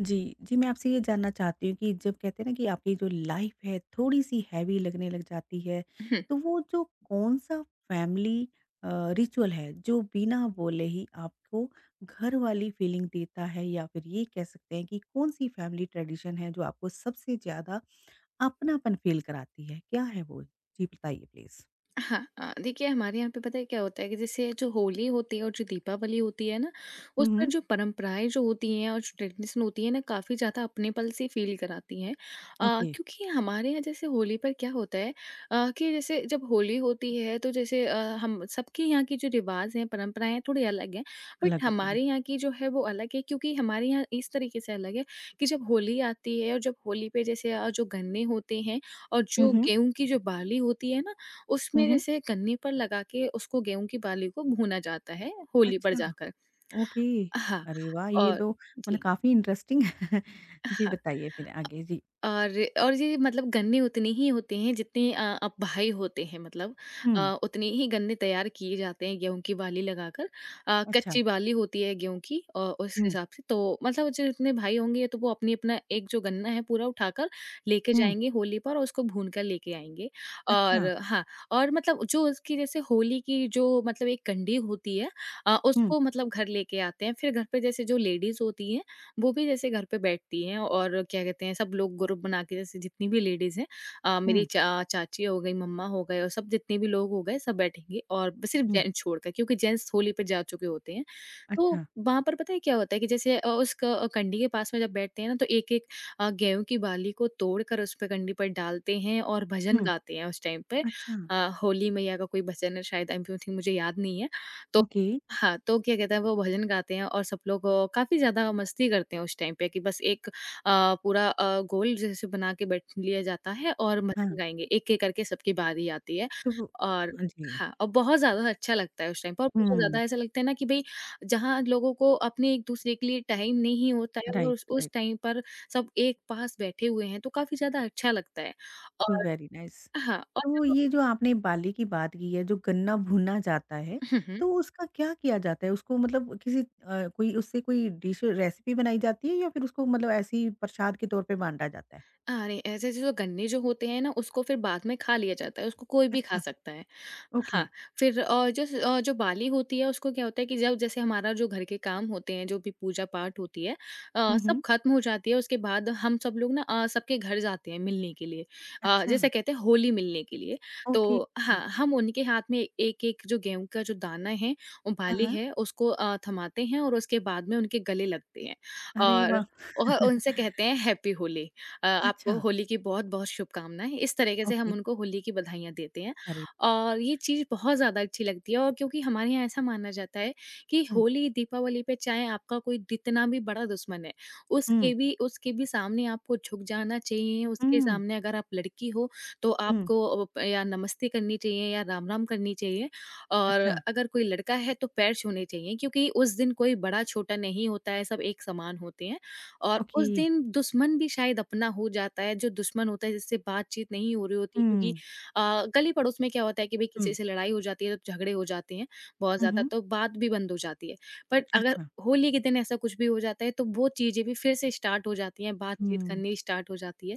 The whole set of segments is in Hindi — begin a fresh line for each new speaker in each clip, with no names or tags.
जी, जी, मैं आपसे ये जानना चाहती हूँ कि जब कहते हैं ना कि आपकी जो लाइफ है थोड़ी-सी हैवी लगने लग जाती है,
हुँ।
तो वो जो कौन-सा फैमिली अ, रिचुअल है जो बिना बोले ही आपको घर वाली फीलिंग देता है या फिर ये कह सकते हैं कि कौन-सी फैमिली ट्रेडिशन है जो आपको सबसे ज़्यादा अपनापन फ़ील कराती है? क्या है वो? जी, बताइए प्लीज़।
हाँ, देखिए हमारे यहाँ पे पता है क्या होता है कि जैसे जो होली होती है और जो दीपावली होती है ना,
हुँ,
उस पर
हुँ।
जो परंपराएँ जो होती हैं और जो ट्रेडिशन होती है ना काफ़ी ज़्यादा अपनेपन सी फ़ील कराती हैं।
ओके,
क्योंकि हमारे यहाँ जैसे होली पर क्या होता है कि जैसे जब होली होती है तो जैसे हम सबके यहाँ की जो रिवाज़ हैं, परंपराएँ हैं थोड़ी अलग हैं। बट
अलग होती हैं।
हमारे यहाँ की जो है वो अलग है क्योंकि हमारे यहाँ इस तरीके से अलग है कि जब होली आती है और जब होली पे जैसे जो गन्ने होते हैं और
हुँ,
जो
हुँ।
गेहूँ की जो बाली होती है ना
हुँ,
उसमें
हुँ।
जैसे गन्ने पर लगा के उसको गेहूँ की बाली को भूना जाता है होली पर
अच्छा।
जाकर।
ओके।
हाँ,
अरे वाह! ये
और
तो मतलब
जी,
काफ़ी इंटरेस्टिंग है। जी,
हाँ।
बताइए फिर आगे? जी।
और और ये मतलब गन्ने उतने ही होते हैं जितने अब भाई होते हैं मतलब
हुँ,
उतने ही गन्ने तैयार किए जाते हैं गेहूं की बाली लगाकर
अच्छा।
कच्ची बाली होती है गेहूं की और उस
हुँ,
हिसाब से तो मतलब जो इतने भाई होंगे तो वो अपनी अपना एक जो गन्ना है पूरा उठाकर लेके
हुँ,
जाएंगे होली पर और उसको भून कर लेके आएंगे और
अच्छा।
हाँ और मतलब जो उसकी जैसे होली की जो मतलब एक कंडी होती है,
हुँ,
उसको मतलब घर लेके आते हैं फिर घर पे जैसे जो लेडीज होती हैं वो भी जैसे घर पे बैठती हैं और क्या कहते हैं सब लोग ग्रुप बना के जैसे जितनी भी लेडीज़ हैं, मेरी
हुँ,
चा चाची हो गई, मम्मा हो गए और सब जितने भी लोग हो गए सब बैठेंगे और बस सिर्फ
हुँ,
जेंट्स छोड़कर क्योंकि जेंट्स होली पे जा चुके होते हैं। तो
अच्छा।
वहाँ पर पता है क्या होता है कि जैसे उस कंडी के पास में जब बैठते हैं ना तो एक-एक गेहूँ की बाली को तोड़कर उस पे कंडी पर डालते हैं और भजन
हुँ,
गाते हैं उस टाइम पे।
अच्छा।
होली मैया का कोई भजन है शायद आई एम थिंक मुझे याद नहीं है। तो
ओके,
हाँ, तो क्या कहते हैं वो भजन गाते हैं और सब लोग काफ़ी ज़्यादा मस्ती करते हैं उस टाइम पे कि बस एक पूरा गोल जैसे बना के बैठ लिया जाता है और
हाँ,
भजन गाएँगे, एक-एक करके सबकी बारी आती है।
तो वो
और
हाँ जी।
हाँ, और बहुत ज़्यादा अच्छा लगता है उस टाइम पे और बहुत
हुँ,
ज़्यादा ऐसा लगता है ना कि भई जहाँ लोगों को अपने एक-दूसरे के लिए टाइम नहीं होता है और
राइट,
उस
राइट।
टाइम पर सब एक पास बैठे हुए हैं, तो काफ़ी ज़्यादा अच्छा लगता है।
तो
और
वेरी नाइस।
हाँ, और
तो
जब
ये जो आपने बाली की बात की है, जो गन्ना भुना जाता है,
हुँ, हुँ।
तो उसका क्या किया जाता है? उसको मतलब किसी कोई उससे कोई डिश रेसिपी बनाई जाती है या फिर उसको मतलब ऐसे ही प्रसाद के तौर पे बाँटा जाता है?
अरे! ऐसे-ऐसे जो गन्ने जो होते हैं ना, उसको फिर बाद में खा लिया जाता है, उसको कोई भी खा
अच्छा,
सकता है।
ओके।
हाँ, फिर और जो जो बाली होती है, उसको क्या होता है कि जब जैसे हमारा जो घर के काम होते हैं, जो भी पूजा-पाठ होती है,
हुँ,
सब
हुँ।
खत्म हो जाती है, उसके बाद हम सब लोग ना सबके घर जाते हैं मिलने के लिए।
अच्छा,
जैसे कहते हैं होली मिलने के लिए,
ओके।
तो हाँ, हम उनके हाथ में एक-एक जो गेहूँ का जो दाना है, वो
हाँ,
बाली
हाँ।
है, उसको थमाते हैं और उसके बाद में उनके गले लगते हैं
अरे
और
वाह!
और उनसे कहते हैं हैप्पी होली।
अच्छा,
आपको होली की बहुत-बहुत शुभकामनाएँ। इस तरीके से हम
ओके।
उनको होली की बधाइयाँ देते हैं
अरे!
और ये चीज़ बहुत ज़्यादा अच्छी लगती है और क्योंकि हमारे यहाँ ऐसा माना जाता है कि
हुँ,
होली, दीपावली पे चाहे आपका कोई जितना भी बड़ा दुश्मन है,
हुँ,
उसके भी सामने आपको झुक जाना चाहिए, उसके
हुँ,
सामने अगर आप लड़की हो, तो
हुँ।
आपको प या नमस्ते करनी चाहिए या राम-राम करनी चाहिए और
अच्छा,
अगर कोई लड़का है, तो पैर छूने चाहिए क्योंकि उस दिन कोई बड़ा-छोटा नहीं होता है, सब एक समान होते हैं। और
ओके।
उस दिन दुश्मन भी शायद अपना हो जाता है, जो दुश्मन होता है जिससे बातचीत नहीं हो रही होती क्योंकि
हुँ,
गली-पड़ोस में क्या होता है कि भई
हुँ।
किसी से लड़ाई हो जाती है तो झगड़े हो जाते हैं, बहुत
हुँ,
ज़्यादा
हुँ।
तो बात भी बंद हो जाती है। बट अगर
अच्छा,
होली के दिन ऐसा कुछ भी हो जाता है तो वो चीज़ें भी फिर से स्टार्ट हो जाती हैं, बातचीत
हुँ,
करनी स्टार्ट हो जाती है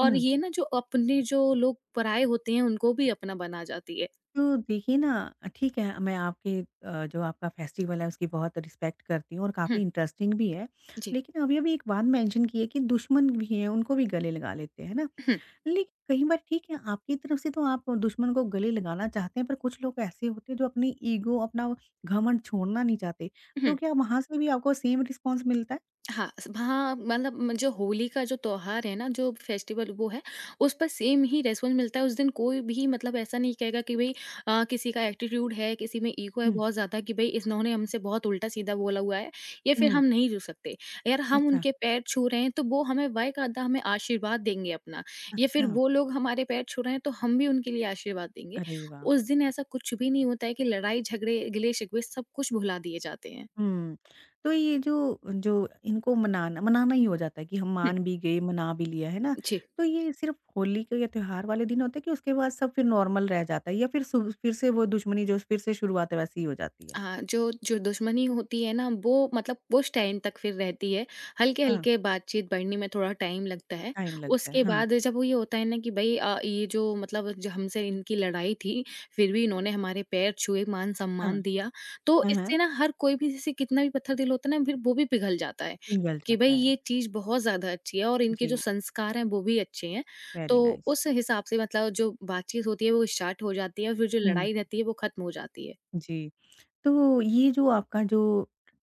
और
हुँ।
ये ना जो अपने जो लोग पराए होते हैं उनको भी अपना बना जाती है।
तो देखिए ना, ठीक है, मैं आपके जो आपका फेस्टिवल है उसकी बहुत रिस्पेक्ट करती हूँ और काफ़ी
हुँ,
इंटरेस्टिंग भी है।
जी।
लेकिन अभी-अभी एक बात मेंशन की है कि दुश्मन भी हैं, उनको भी गले लगा लेते हैं, है ना?
हुँ,
लेकिन कई बार ठीक है, आपकी तरफ से तो आप दुश्मन को गले लगाना चाहते हैं, पर कुछ लोग ऐसे होते हैं जो अपनी ईगो, अपना घमंड छोड़ना नहीं चाहते। तो
हुँ।
क्या वहाँ से भी आपको सेम रिस्पॉन्स मिलता है?
हाँ, स हाँ, मतलब म जो होली का जो त्योहार है ना, जो फेस्टिवल वो है, उस पर सेम ही रिस्पॉन्स मिलता है। उस दिन कोई भी मतलब ऐसा नहीं कहेगा कि भई किसी का एटीट्यूड है, किसी में ईगो है
हुँ।
बहुत ज़्यादा कि भई इन्होंने हमसे बहुत उल्टा-सीधा बोला हुआ है, या फिर
हुँ,
हम नहीं जुड़ सकते। यार हम
अच्छा,
उनके पैर छू रहे हैं, तो वो हमें बाय-कायदा हमें आशीर्वाद देंगे अपना, या फिर
अच्छा।
वो लोग हमारे पैर छू रहे हैं, तो हम भी उनके लिए आशीर्वाद देंगे।
अरे वाह!
उस दिन ऐसा कुछ भी नहीं होता है कि लड़ाई-झगड़े, गिले-शिकवे सब कुछ भुला दिए जाते हैं।
हुँ, तो ये जो जो इनको मनाना मनाना ही हो जाता है कि हम
हुँ,
मान भी गए, मना भी लिया, है ना?
जी।
तो ये सिर्फ़ होली के या त्योहार वाले दिन होता है कि उसके बाद सब फिर नॉर्मल रह जाता है या फिर सु फिर से वो दुश्मनी जो फिर से शुरुआत वैसी ही हो जाती है?
हाँ, जो जो दुश्मनी होती है ना वो मतलब उस टाइम तक फिर रहती है।
हाँ,
हल्के-हल्के बातचीत बढ़ने में थोड़ा टाइम लगता है।
टाइम लगता है।
उसके
हाँ।
बाद जब वो ये होता है ना कि भई ये जो मतलब जो हमसे इनकी लड़ाई थी, फिर भी इन्होंने हमारे पैर छुए, मान-सम्मान
हाँ।
दिया। तो
हाँ, हाँ।
इससे ना हर कोई भी जैसे कितना भी पत्थर दिल होता है ना फिर वो भी पिघल जाता है,
पिघल
कि भई
जाता है।
ये चीज़ बहुत ज़्यादा अच्छी है और इनके जो
जी,
संस्कार हैं वो भी अच्छे हैं।
वेरी
तो
नाइस।
उस हिसाब से मतलब जो बातचीत होती है वो स्टार्ट हो जाती है और फिर जो
हुँ,
लड़ाई रहती है वो खत्म हो जाती है।
जी। तो ये जो आपका जो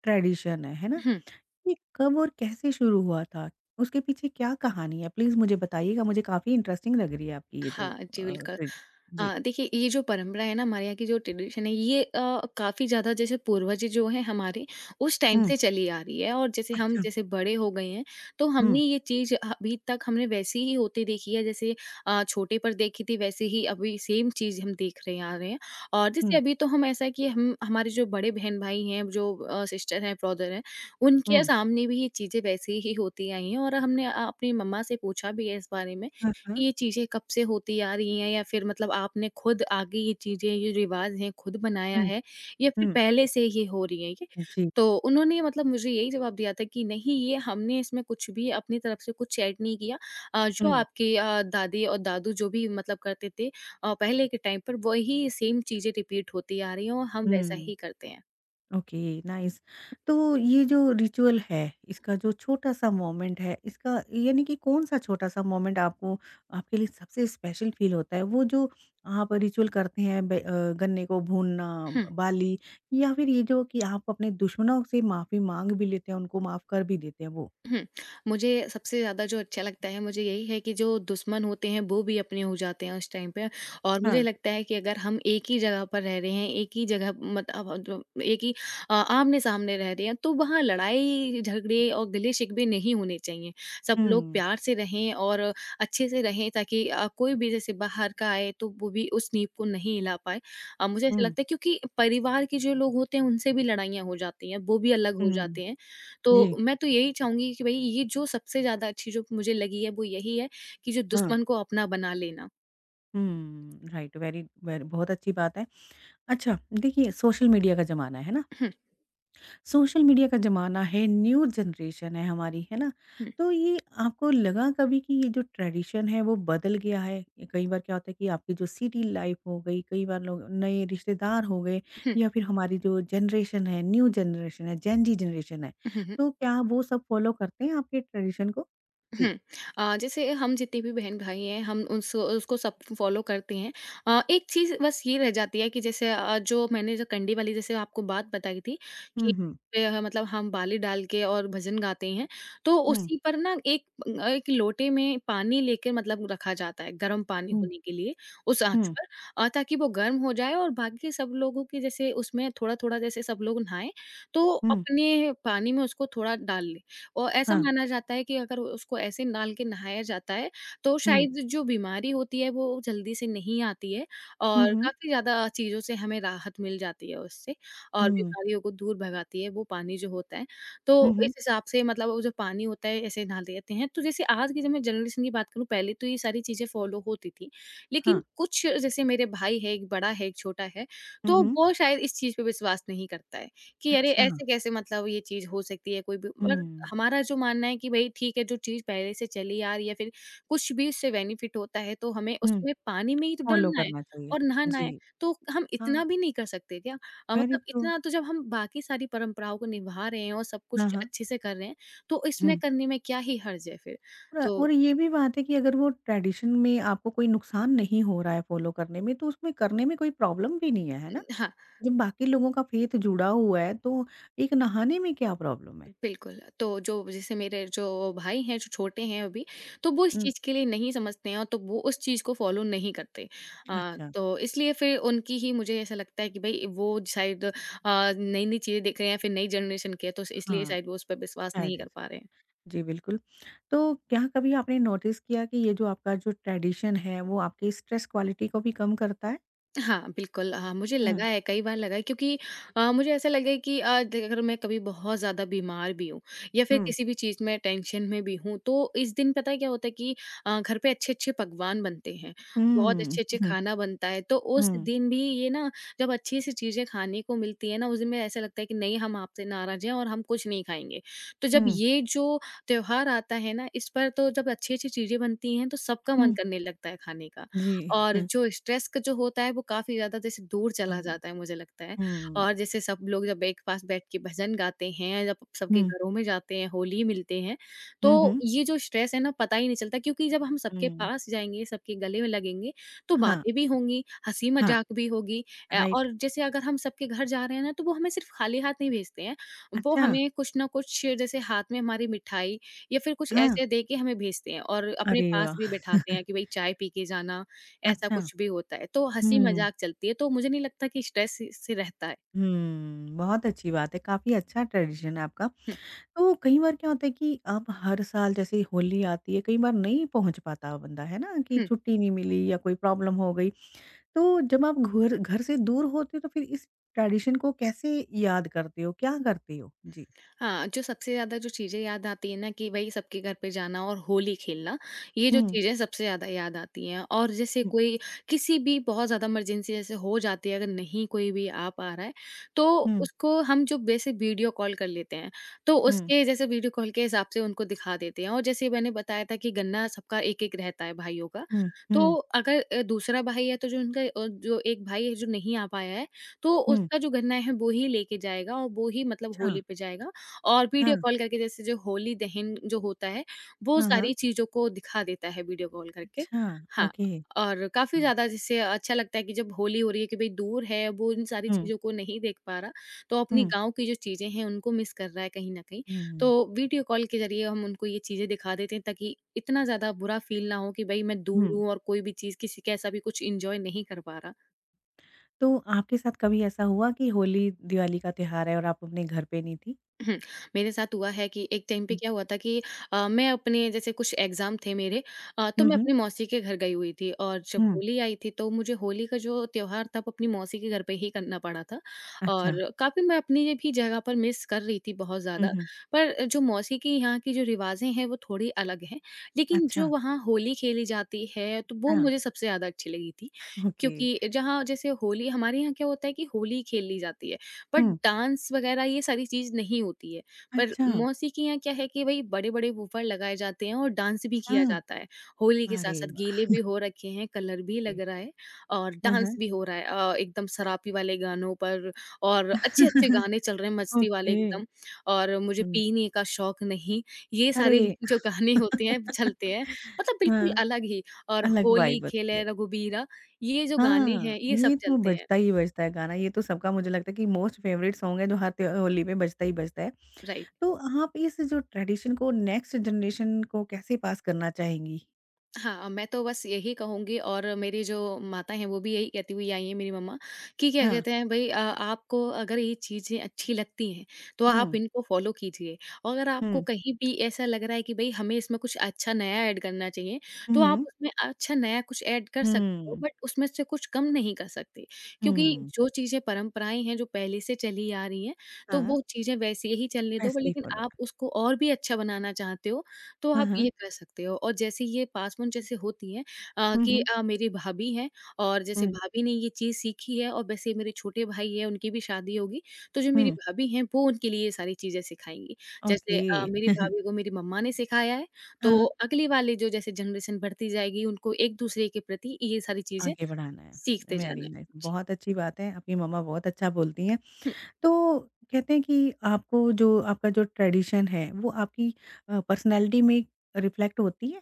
ट्रेडिशन है ना?
हुँ।
ये कब और कैसे शुरू हुआ था? उसके पीछे क्या कहानी है? प्लीज़ मुझे बताइएगा, मुझे काफ़ी इंटरेस्टिंग लग रही है आपकी ये जो
हाँ जी,
अ,
बिल्कुल।
ट्रेडिश जी।
देखिए ये जो परंपरा है ना हमारे यहाँ की जो ट्रेडिशन है ये काफ़ी ज़्यादा जैसे पूर्वज जो हैं हमारे उस टाइम
हुँ,
से चली आ रही है और जैसे हम
अच्छा।
जैसे बड़े हो गए हैं तो हमने
हुँ,
ये चीज़ अभी तक हमने वैसी ही होती देखी है, जैसे छोटे पर देखी थी वैसे ही अभी सेम चीज़ हम देख रहे आ रहे हैं। और जैसे
हुँ,
अभी तो हम ऐसा है कि हम हमारे जो बड़े बहन-भाई हैं जो सिस्टर हैं, ब्रदर हैं, उनके
हुँ।
सामने भी ये चीज़ें वैसी ही होती आई हैं और हमने अपनी मम्मा से पूछा भी है इस बारे में
हाँ, हाँ।
कि ये चीज़ें कब से होती आ रही हैं या फिर मतलब आपने खुद आगे ये चीज़ें, ये रिवाज़ हैं, खुद बनाया
हुँ,
है या फिर
हुँ।
पहले से ये हो रही हैं ये?
जी।
तो उन्होंने मतलब मुझे यही जवाब दिया था कि नहीं, ये हमने इसमें कुछ भी अपनी तरफ से कुछ ऐड नहीं किया, जो
हुँ,
आपके दादी और दादू जो भी मतलब करते थे, पहले के टाइम पर वही सेम चीज़ें रिपीट होती आ रही हैं और हम वैसा
हुँ।
ही करते हैं।
ओके नाइस तो ये जो रिचुअल है इसका जो छोटा सा मोमेंट है इसका यानी कि कौन सा छोटा सा मोमेंट आपको आपके लिए सबसे स्पेशल फील होता है वो जो आप रिचुअल करते हैं गन्ने को भूनना बाली या फिर ये जो कि आप अपने दुश्मनों से माफी मांग भी लेते हैं उनको माफ कर भी देते हैं वो
हुँ। मुझे सबसे ज़्यादा जो अच्छा लगता है, मुझे यही है कि जो दुश्मन होते हैं, वो भी अपने हो जाते हैं उस टाइम पे और मुझे
हाँ
लगता है कि अगर हम एक ही जगह पर रह रहे हैं, एक ही जगह मतलब अब एक ही आमने-सामने रह रहे हैं, तो वहाँ लड़ाई, झगड़े और गिले-शिकवे नहीं होने चाहिए। सब लोग
हम्म
प्यार से रहें और अच्छे से रहें ताकि कोई भी जैसे बाहर का आए, तो वो भी उस नींव को नहीं हिला पाए। मुझे ऐसा
हम्म
लगता है क्योंकि परिवार के जो लोग होते हैं, उनसे भी लड़ाइयाँ हो जाती हैं, वो भी अलग हो
हम्म
जाते हैं, तो
जी
मैं तो यही चाहूँगी कि भई ये जो सबसे ज़्यादा अच्छी जो मुझे लगी है वो यही है कि जो
हाँ
दुश्मन को अपना बना लेना।
राइट वेरी वेरी बहुत अच्छी बात है अच्छा देखिए सोशल मीडिया का जमाना है ना
हम्म,
सोशल मीडिया का ज़माना है, न्यू जनरेशन है हमारी, है ना?
हम्म,
तो ये आपको लगा कभी कि ये जो ट्रेडिशन है वो बदल गया है? ये कई बार क्या होता है कि आपकी जो सिटी लाइफ़ हो गई, कई बार लोग नए रिश्तेदार हो गए
हम्म,
या फिर हमारी जो जनरेशन है, न्यू जनरेशन है, जेन ज़ी जनरेशन है,
हम्म,
तो क्या वो सब फ़ॉलो करते हैं आपके ट्रेडिशन को?
हुँ।
जी।
जैसे हम जितने भी बहन-भाई हैं हम उस उसको सब फ़ॉलो करते हैं। एक चीज़ बस ये रह जाती है कि जैसे जो मैंने जो कंडी वाली जैसे आपको बात बताई थी
हुँ,
कि
हुँ।
मतलब हम बाली डाल के और भजन गाते हैं, तो
हुँ,
उसी पर ना एक एक लोटे में पानी लेके मतलब रखा जाता है, गर्म पानी
हुँ,
होने के लिए उस आँच
हुँ,
पर, ताकि वो गर्म हो जाए और बाकी सब लोगों की जैसे उसमें थोड़ा-थोड़ा जैसे सब लोग नहाएँ, तो
हुँ,
अपने पानी में उसको थोड़ा डाल लें। और ऐसा
हाँ,
माना जाता है कि अगर उसको ऐसे डाल के नहाया जाता है, तो
हुँ,
शायद जो बीमारी होती है वो जल्दी से नहीं आती है
हुँ,
और
हुँ,
काफ़ी ज़्यादा चीज़ों से हमें राहत मिल जाती है उससे और
हुँ,
बीमारियों को दूर भगाती है वो पानी जो होता है।
हुँ,
तो
हुँ,
इस हिसाब से मतलब वो जो पानी होता है ऐसे नहा लेते हैं। तो जैसे आज की जब मैं जनरेशन की बात करूँ, पहले तो ये सारी चीज़ें फ़ॉलो होती थी।
हाँ,
लेकिन कुछ जैसे मेरे भाई है, एक बड़ा है, एक छोटा है,
हुँ,
तो
हुँ,
वो शायद इस चीज़ पे विश्वास नहीं करता है कि अरे!
अच्छा,
ऐसे कैसे, मतलब ये चीज़ हो सकती है कोई भी।
हुँ,
हमारा जो मानना है कि भई ठीक है, जो चीज़ पहले से चली आ रही है, फिर कुछ भी उससे बेनिफिट होता है, तो हमें
हुँ।
उसमें पानी में ही तो
फ़ॉलो
डालना है
करना चाहिए।
और नहाना है।
जी,
तो हम इतना
हाँ,
भी नहीं कर सकते क्या?
वेरी
मतलब
ट्रू।
इतना तो जब हम बाकी सारी परंपराओं को निभा रहे हैं और सब
हाँ,
कुछ
हाँ।
अच्छे से कर रहे हैं, तो इसमें
हुँ।
करने में क्या ही हर्ज है फिर?
र
तो
और ये भी बात है कि अगर वो ट्रेडिशन में आपको कोई नुकसान नहीं हो रहा है फ़ॉलो करने में, तो उसमें करने में कोई प्रॉब्लम भी नहीं है, है ना?
हाँ।
जब बाकी लोगों का फ़ेथ जुड़ा हुआ है, तो एक नहाने में क्या प्रॉब्लम है?
बिल्कुल, तो जो जैसे मेरे जो भाई हैं, जो छोटे हैं अभी, तो वो इस
हुँ,
चीज़ के लिए नहीं समझते हैं, और तो वो उस चीज़ को फ़ॉलो नहीं करते।
अच्छा।
तो इसलिए फिर उनकी ही मुझे ऐसा लगता है कि भई वो शायद नई-नई चीज़ें देख रहे हैं, फिर नई जनरेशन के हैं, तो इसलिए
हाँ,
शायद वो उस पे विश्वास
शायद
नहीं कर
ऐसा।
पा रहे हैं।
जी, बिल्कुल। तो क्या कभी आपने नोटिस किया कि ये जो आपका जो ट्रेडिशन है, वो आपकी स्ट्रेस क्वालिटी को भी कम करता है?
हाँ, बिल्कुल मुझे लगा
हाँ।
है, कई बार लगा है, क्योंकि मुझे ऐसा लगा है कि अ, द अगर मैं कभी बहुत ज़्यादा बीमार भी हूँ या फिर
हुँ,
किसी भी चीज़ में टेंशन में भी हूँ, तो इस दिन पता है क्या होता है कि घर पे अच्छे-अच्छे पकवान बनते हैं, बहुत
हुँ,
अच्छे-अच्छे
हुँ,
खाना बनता है। तो उस
हुँ,
दिन भी ये ना, जब अच्छी सी चीज़ें खाने को मिलती हैं ना, उस दिन में ऐसा लगता है कि नहीं, हम आपसे नाराज़ हैं और हम कुछ नहीं खाएँगे। तो जब
हुँ,
ये जो त्योहार आता है ना, इस पर तो जब अच्छी-अच्छी चीज़ें बनती हैं, तो सबका मन
हुँ,
करने लगता है खाने का। और
जी।
जो स्ट्रेस का जो होता है वो काफ़ी ज़्यादा जैसे दूर चला
कमर।
जाता है, मुझे लगता है।
हुँ,
और जैसे सब लोग जब एक पास बैठ के भजन गाते हैं, जब सबके
हुँ,
घरों में जाते हैं, होली मिलते हैं,
हुँ,
तो
हुँ,
ये जो स्ट्रेस है ना, पता ही नहीं चलता, क्योंकि जब हम सबके
हुँ।
पास जाएँगे, सबके गले में लगेंगे, तो
हाँ,
बातें भी होंगी,
हाँ,
हँसी-मज़ाक भी होगी।
राइट।
और जैसे अगर हम सबके घर जा रहे हैं ना, तो वो हमें सिर्फ़ खाली हाथ नहीं भेजते हैं। वो
अच्छा,
हमें कुछ ना कुछ, जैसे हाथ में हमारी मिठाई या फिर कुछ
हाँ,
ऐसे दे के हमें भेजते हैं, और अपने
अरे
पास भी
वाह!
बैठाते हैं कि भई चाय पी के जाना। ऐसा
अच्छा,
कुछ भी होता है, तो
हुँ,
हँसी-मज़ाक चलती है, तो मुझे नहीं लगता कि स्ट्रेस से रहता है।
हुँ, बहुत अच्छी बात है, काफ़ी अच्छा ट्रेडिशन है आपका।
हुँ।
तो कई बार क्या होता है कि अब हर साल जैसे होली आती है, कई बार नहीं पहुँच पाता बंदा, है ना? कि छुट्टी नहीं मिली या कोई प्रॉब्लम हो गई, तो जब आप घर घर से दूर होते हो तो फिर इस ट्रेडिशन को कैसे याद करते हो, क्या करते हो? जी।
हाँ, जो सबसे ज़्यादा जो चीज़ें याद आती है ना, कि भई सबके घर पे जाना और होली खेलना, ये जो
हुँ,
चीज़ें सबसे ज़्यादा याद आती हैं। और जैसे
हुँ,
कोई किसी भी बहुत ज़्यादा इमरजेंसी जैसे हो जाती है, अगर नहीं कोई भी आ पा रहा है, तो
हुँ,
उसको हम जो वैसे वीडियो कॉल कर लेते हैं, तो
हुँ,
उसके जैसे वीडियो कॉल के हिसाब से उनको दिखा देते हैं। और जैसे मैंने बताया था कि गन्ना सबका एक-एक रहता है भाइयों का,
हुँ,
तो
हुँ,
अगर दूसरा भाई है, तो जो उनका जो एक भाई है जो नहीं आ पाया है, तो
हुँ,
उसका जो गन्ना है वो ही लेके जाएगा, और वो ही मतलब
अच्छा,
होली पे जाएगा। और वीडियो
हाँ।
कॉल करके जैसे जो होली दहन जो होता है, वो
हाँ, हाँ।
सारी चीज़ों को दिखा देता है वीडियो कॉल करके।
अच्छा,
हाँ,
ओके।
और काफ़ी
हुँ।
ज़्यादा जैसे अच्छा लगता है कि जब होली हो रही है, कि भई दूर है, वो इन सारी
हुँ,
चीज़ों को नहीं देख पा रहा, तो अपनी
हुँ,
गाँव की जो चीज़ें हैं, उनको मिस कर रहा है कहीं न कहीं। तो
हुँ,
वीडियो कॉल के ज़रिए हम उनको ये चीज़ें दिखा देते हैं, ताकि इतना ज़्यादा बुरा फ़ील ना हो कि भई मैं दूर
हुँ।
हूँ और कोई भी चीज़ किसी का ऐसा भी कुछ एन्जॉय नहीं कर पा रहा।
तो आपके साथ कभी ऐसा हुआ कि होली, दिवाली का त्योहार है और आप अपने घर पे नहीं थी?
हुँ, मेरे साथ हुआ है कि एक टाइम पे
हुँ,
क्या हुआ था कि मैं अपने जैसे कुछ एग्ज़ाम थे मेरे, तो
हुँ,
मैं
हुँ,
अपनी मौसी के घर गई हुई थी, और जब
हुँ।
होली आई थी, तो मुझे होली का जो त्योहार था वो अपनी मौसी के घर पे ही करना पड़ा था।
अच्छा।
और काफ़ी मैं अपनी ये भी जगह पर मिस कर रही थी बहुत
हुँ,
ज़्यादा।
हुँ।
पर जो मौसी के यहाँ की जो रिवाज़ें हैं वो थोड़ी अलग हैं, लेकिन जो
अच्छा,
वहाँ होली खेली जाती है, तो वो
हाँ,
मुझे सबसे ज़्यादा अच्छी लगी थी।
ओके।
क्योंकि जहाँ जैसे होली हमारे यहाँ क्या होता है कि होली खेली जाती है। But
hmm.
डांस वगैरह ये सारी चीज़ नहीं होती है। पर
अच्छा,
मौसीकी यहाँ क्या है कि भई बड़े-बड़े वूफ़र लगाए जाते हैं और डांस भी किया
हाँ।
जाता है। होली के
अरे
साथ-साथ
वाह!
गीले भी हो रखे हैं, कलर भी
रे!
लग रहा है और
हाँ,
डांस
हाँ।
भी हो रहा है। एकदम सरापी वाले गानों पर और अच्छे-अच्छे गाने चल रहे हैं, मस्ती वाले
ओके।
एकदम। और मुझे
हुँ।
पीने का शौक नहीं, ये सारे
अरे!
जो गाने होते हैं चलते हैं, मतलब बिल्कुल
हाँ,
अलग ही। और
अलग
होली
वाइब होती
खेले
है।
रघुबीरा, ये जो गाने
हाँ,
हैं, ये सब
ये तो
चलते हैं।
बजता ही बजता है गाना, ये तो सबका मुझे लगता है कि मोस्ट फेवरेट सॉन्ग है जो हर त्य होली पे बजता ही बजता है।
राइट।
तो आप इस जो ट्रेडिशन को नेक्स्ट जनरेशन को कैसे पास करना चाहेंगी?
हाँ, मैं तो बस यही कहूँगी, और मेरी जो माता हैं वो भी यही कहती हुई आई हैं, मेरी मम्मा, कि क्या
हाँ,
कहते हैं भई, आपको अगर ये चीज़ें अच्छी लगती हैं, तो आप
हुँ,
इनको फ़ॉलो कीजिए। और अगर आपको
हुँ,
कहीं भी ऐसा लग रहा है कि भई हमें इसमें कुछ अच्छा नया ऐड करना चाहिए, तो आप
हुँ,
उसमें अच्छा नया कुछ ऐड कर सकते हो,
हुँ,
बट उसमें से कुछ कम नहीं कर सकते। क्योंकि
हुँ,
जो चीज़ें परंपराएँ हैं, जो पहले से चली आ रही हैं, तो
हाँ,
वो चीज़ें वैसे ही चलने दो। पर
वैसे ही
लेकिन
फॉलो
आप
कर
उसको और भी अच्छा बनाना चाहते हो, तो
हाँ,
आप
हाँ,
ये कर सकते हो। और जैसे ये पास-ऑन जैसे होती हैं,
हुँ,
कि
हुँ,
मेरी भाभी हैं, और जैसे
हुँ,
भाभी ने ये चीज़ सीखी है, और वैसे मेरे छोटे भाई हैं, उनकी भी शादी होगी, तो जो मेरी
हुँ,
भाभी हैं, वो उनके लिए ये सारी चीज़ें सिखाएँगी। जैसे
ओके,
मेरी भाभी को मेरी मम्मा ने सिखाया है, तो
हाँ,
अगली वाली जो जैसे जनरेशन बढ़ती जाएगी, उनको एक-दूसरे के प्रति ये सारी चीज़ें
आगे बढ़ाना है।
सीखते जाना
वेरी
है।
नाइस
जी।
बहुत अच्छी बात है, आपकी मम्मा बहुत अच्छा बोलती हैं।
हुँ।
तो कहते हैं कि आपको जो आपका जो ट्रेडिशन है वो आपकी पर्सनैलिटी में रिफ्लेक्ट होती है?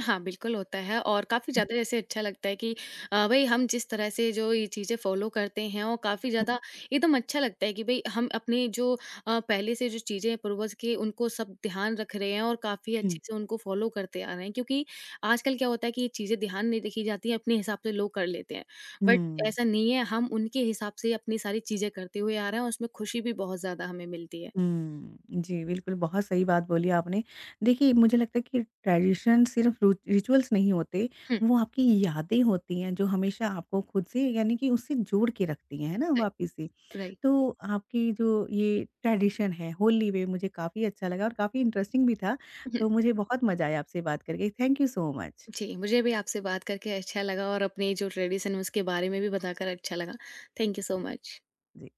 हाँ, बिल्कुल होता है, और काफ़ी ज़्यादा जैसे अच्छा लगता है कि भई हम जिस तरह से जो ये चीज़ें फ़ॉलो करते हैं, और काफ़ी ज़्यादा एकदम अच्छा लगता है कि भई हम अपने जो पहले से जो चीज़ें पूर्वज की, उनको सब ध्यान रख रहे हैं, और काफ़ी
हुँ,
अच्छे से उनको फ़ॉलो करते आ रहे हैं। क्योंकि आजकल क्या होता है कि ये चीज़ें ध्यान नहीं रखी जाती हैं, अपने हिसाब से लोग कर लेते हैं। बट
हुँ,
ऐसा नहीं है, हम उनके हिसाब से अपनी सारी चीज़ें करते हुए आ रहे हैं, और उसमें खुशी भी बहुत ज़्यादा हमें मिलती है।
हुँ, जी, बिल्कुल बहुत सही बात बोली आपने। देखिए मुझे लगता है कि ट्रेडिशन सिर्फ़ रु रिचुअल्स नहीं होते,
हुँ,
वो आपकी यादें होती हैं जो हमेशा आपको खुद से यानी कि उससे जोड़ के रखती हैं, है ना,
राइट,
वापस से।
राइट।
तो आपकी जो ये ट्रेडिशन है होली में मुझे काफ़ी अच्छा लगा और काफ़ी इंटरेस्टिंग भी था। तो मुझे बहुत मज़ा आया आपसे बात करके। Thank you so much.
जी, मुझे भी आपसे बात करके अच्छा लगा, और अपने जो ट्रेडिशन है उसके बारे में भी बताकर अच्छा लगा। Thank you so much.
The.